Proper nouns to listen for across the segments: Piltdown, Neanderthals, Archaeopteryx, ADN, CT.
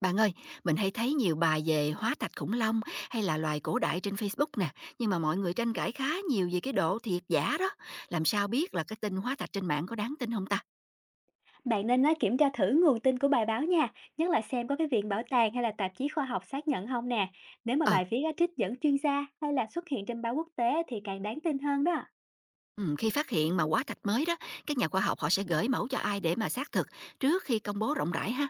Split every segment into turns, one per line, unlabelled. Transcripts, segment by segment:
Bạn ơi, mình hay thấy nhiều bài về hóa thạch khủng long hay là loài cổ đại trên Facebook nè, nhưng mà mọi người tranh cãi khá nhiều về cái độ thiệt giả đó. Làm sao biết là cái tin hóa thạch trên mạng có đáng tin không ta?
Bạn nên á, kiểm tra thử nguồn tin của bài báo nha, nhất là xem có cái viện bảo tàng hay là tạp chí khoa học xác nhận không nè. Nếu mà
Ờ,
bài viết á, trích dẫn chuyên gia hay là xuất hiện trên báo quốc tế thì càng đáng tin hơn đó.
ừ, khi phát hiện mà hóa thạch mới đó, các nhà khoa học họ sẽ gửi mẫu cho ai để mà xác thực trước khi công bố rộng rãi ha.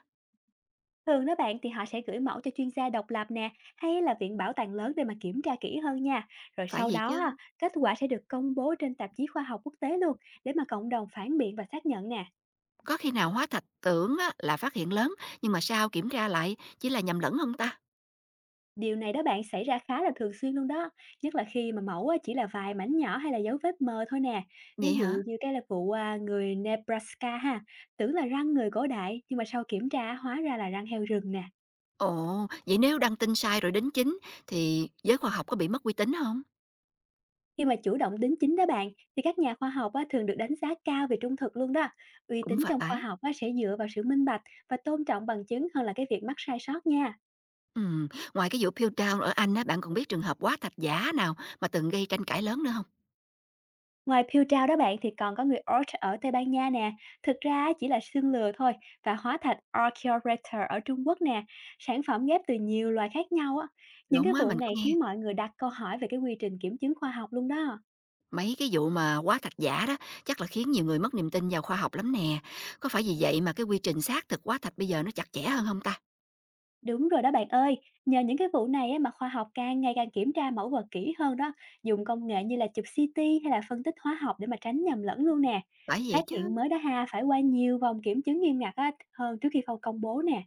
Thường đó bạn thì họ sẽ gửi mẫu cho chuyên gia độc lập nè, hay là viện bảo tàng lớn để mà kiểm tra kỹ hơn nha. Rồi
Phải
sau
vậy
đó á,
chứ,
kết quả sẽ được công bố trên tạp chí khoa học quốc tế luôn để mà cộng đồng phản biện và xác nhận nè.
có khi nào hóa thạch tưởng á, là phát hiện lớn, nhưng mà sao kiểm tra lại chỉ là nhầm lẫn không ta?
Điều này đó bạn xảy ra khá là thường xuyên luôn đó, nhất là khi mà mẫu á, chỉ là vài mảnh nhỏ hay là dấu vết mờ thôi nè. Ví
Vậy
dụ
hả?
như cái là vụ à, người Nebraska ha, tưởng là răng người cổ đại nhưng mà sau kiểm tra hóa ra là răng heo rừng nè.
Ồ, vậy nếu đăng tin sai rồi đính chính thì giới khoa học có bị mất uy tín không?
Khi mà chủ động đính chính đó bạn, thì các nhà khoa học á, thường được đánh giá cao về trung thực luôn đó. Uy
Cũng
tín trong khoa
phải.
học á, sẽ dựa vào sự minh bạch và tôn trọng bằng chứng hơn là cái việc mắc sai sót nha.
Ừm, ngoài cái vụ Piltdown ở Anh á, bạn còn biết trường hợp quá thạch giả nào mà từng gây tranh cãi lớn nữa không?
Ngoài piêu trao đó bạn thì còn có người Orch ở Tây Ban Nha nè, thực ra á, chỉ là xương lừa thôi, và hóa thạch Archaeopteryx ở Trung Quốc nè, sản phẩm ghép từ nhiều loài khác nhau á. Những cái
Đúng á,
vụ
mình có
này
nghe.
khiến mọi người đặt câu hỏi về cái quy trình kiểm chứng khoa học luôn đó.
Mấy cái vụ mà quá thạch giả đó chắc là khiến nhiều người mất niềm tin vào khoa học lắm nè. Có phải vì vậy mà cái quy trình xác thực quá thạch bây giờ nó chặt chẽ hơn không ta?
Đúng rồi đó bạn ơi, nhờ những cái vụ này á, mà khoa học càng ngày càng kiểm tra mẫu vật kỹ hơn đó, dùng công nghệ như là chụp CT hay là phân tích hóa học để mà tránh nhầm lẫn luôn nè.
Phải vậy
Phát hiện
chứ.
mới đó ha, phải qua nhiều vòng kiểm chứng nghiêm ngặt á, hơn trước khi công công bố nè.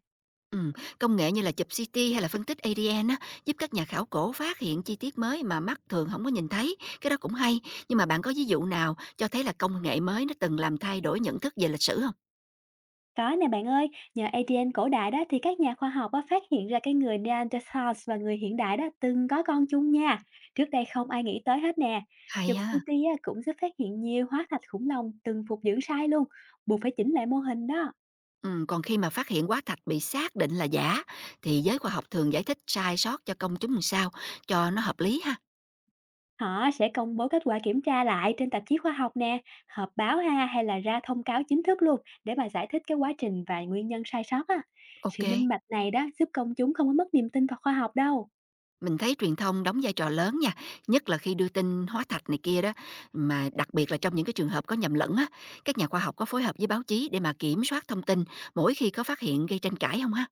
Ừm, công nghệ như là chụp CT hay là phân tích ADN á, giúp các nhà khảo cổ phát hiện chi tiết mới mà mắt thường không có nhìn thấy, cái đó cũng hay. Nhưng mà bạn có ví dụ nào cho thấy là công nghệ mới nó từng làm thay đổi nhận thức về lịch sử không?
Có nè bạn ơi, nhờ ADN cổ đại đó thì các nhà khoa học á, phát hiện ra cái người Neanderthals và người hiện đại đó từng có con chung nha. Trước đây không ai nghĩ tới hết nè.
Hay
Chụp
ha!
CT á, cũng giúp phát hiện nhiều hóa thạch khủng long từng phục dưỡng sai luôn, buộc phải chỉnh lại mô hình đó.
Còn khi mà phát hiện hóa thạch bị xác định là giả thì giới khoa học thường giải thích sai sót cho công chúng làm sao cho nó hợp lý ha.
Họ sẽ công bố kết quả kiểm tra lại trên tạp chí khoa học nè, họp báo ha hay là ra thông cáo chính thức luôn để mà giải thích cái quá trình và nguyên nhân sai sót á.
Ok,
Sự minh bạch này đó giúp công chúng không có mất niềm tin vào khoa học đâu.
mình thấy truyền thông đóng vai trò lớn nha, nhất là khi đưa tin hóa thạch này kia đó, mà đặc biệt là trong những cái trường hợp có nhầm lẫn á, các nhà khoa học có phối hợp với báo chí để mà kiểm soát thông tin mỗi khi có phát hiện gây tranh cãi không ha?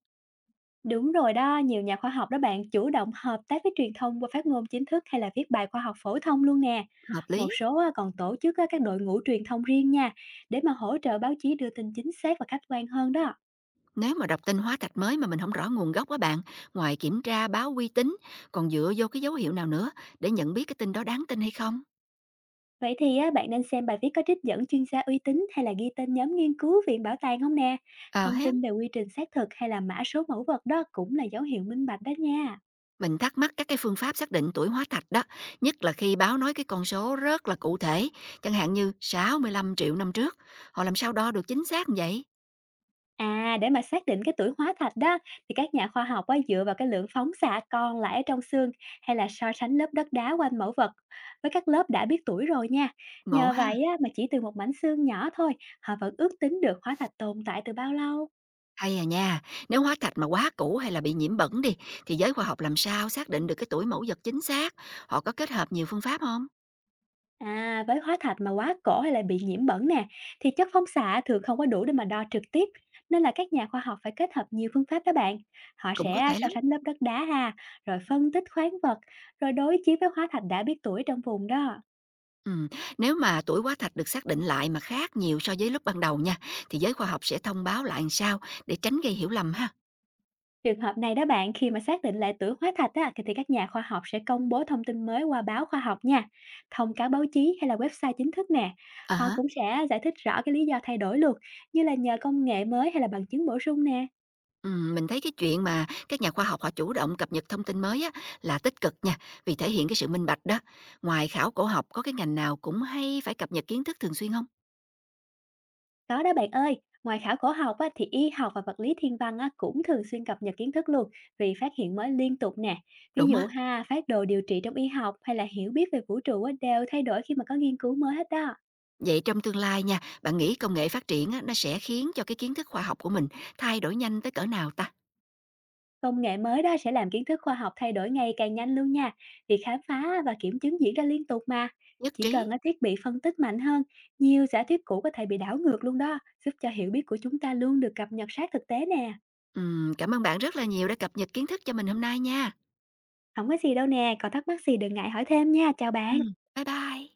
Đúng rồi đó, nhiều nhà khoa học đó bạn chủ động hợp tác với truyền thông qua phát ngôn chính thức hay là viết bài khoa học phổ thông luôn nè.
Hợp
Một
lý.
số á, còn tổ chức á, các đội ngũ truyền thông riêng nha, để mà hỗ trợ báo chí đưa tin chính xác và khách quan hơn đó.
Nếu mà đọc tin hóa thạch mới mà mình không rõ nguồn gốc á bạn, ngoài kiểm tra báo uy tín, còn dựa vô cái dấu hiệu nào nữa để nhận biết cái tin đó đáng tin hay không?
Vậy thì á, bạn nên xem bài viết có trích dẫn chuyên gia uy tín hay là ghi tên nhóm nghiên cứu viện bảo tàng không nè.
Ờ
Thông
hết.
tin về quy trình xác thực hay là mã số mẫu vật đó cũng là dấu hiệu minh bạch đó nha.
Mình thắc mắc các cái phương pháp xác định tuổi hóa thạch đó, nhất là khi báo nói cái con số rất là cụ thể, chẳng hạn như 65 triệu năm trước, họ làm sao đo được chính xác như vậy?
À, để mà xác định cái tuổi hóa thạch đó thì các nhà khoa học á, dựa vào cái lượng phóng xạ còn lại ở trong xương hay là so sánh lớp đất đá quanh mẫu vật với các lớp đã biết tuổi rồi nha.
Ngộ
Nhờ
ha,
vậy á, mà chỉ từ một mảnh xương nhỏ thôi, họ vẫn ước tính được hóa thạch tồn tại từ bao lâu.
hay à nha, nếu hóa thạch mà quá cũ hay là bị nhiễm bẩn đi, thì giới khoa học làm sao xác định được cái tuổi mẫu vật chính xác? Họ có kết hợp nhiều phương pháp không?
À, với hóa thạch mà quá cổ hay là bị nhiễm bẩn nè thì chất phóng xạ thường không có đủ để mà đo trực tiếp. Nên là các nhà khoa học phải kết hợp nhiều phương pháp đó bạn. Họ
Cũng có
sẽ
thể
so
lắm.
sánh lớp đất đá ha, rồi phân tích khoáng vật, rồi đối chiếu với hóa thạch đã biết tuổi trong vùng đó.
Ừ. Nếu mà tuổi hóa thạch được xác định lại mà khác nhiều so với lúc ban đầu nha, thì giới khoa học sẽ thông báo lại làm sao để tránh gây hiểu lầm ha.
Trường hợp này đó bạn, khi mà xác định lại tuổi hóa thạch á, thì các nhà khoa học sẽ công bố thông tin mới qua báo khoa học nha, thông cáo báo chí hay là website chính thức nè.
Ờ
Họ
hả?
cũng sẽ giải thích rõ cái lý do thay đổi luôn, như là nhờ công nghệ mới hay là bằng chứng bổ sung nè.
Mình thấy cái chuyện mà các nhà khoa học họ chủ động cập nhật thông tin mới á, là tích cực nha, vì thể hiện cái sự minh bạch đó. Ngoài khảo cổ học, có cái ngành nào cũng hay phải cập nhật kiến thức thường xuyên không?
Có đó bạn ơi, ngoài khảo cổ học á, thì y học và vật lý thiên văn á, cũng thường xuyên cập nhật kiến thức luôn vì phát hiện mới liên tục nè. Ví
Đúng
dụ
á.
ha, phát đồ điều trị trong y học hay là hiểu biết về vũ trụ á, đều thay đổi khi mà có nghiên cứu mới hết đó.
Vậy trong tương lai nha, bạn nghĩ công nghệ phát triển á, nó sẽ khiến cho cái kiến thức khoa học của mình thay đổi nhanh tới cỡ nào ta?
Công nghệ mới đó sẽ làm kiến thức khoa học thay đổi ngày càng nhanh luôn nha, vì khám phá và kiểm chứng diễn ra liên tục mà.
Nhất
Chỉ
trí.
cần ở thiết bị phân tích mạnh hơn, nhiều giả thuyết cũ có thể bị đảo ngược luôn đó, giúp cho hiểu biết của chúng ta luôn được cập nhật sát thực tế nè.
Cảm ơn bạn rất là nhiều đã cập nhật kiến thức cho mình hôm nay nha.
Không có gì đâu nè, còn thắc mắc gì đừng ngại hỏi thêm nha, chào bạn.
Bye bye.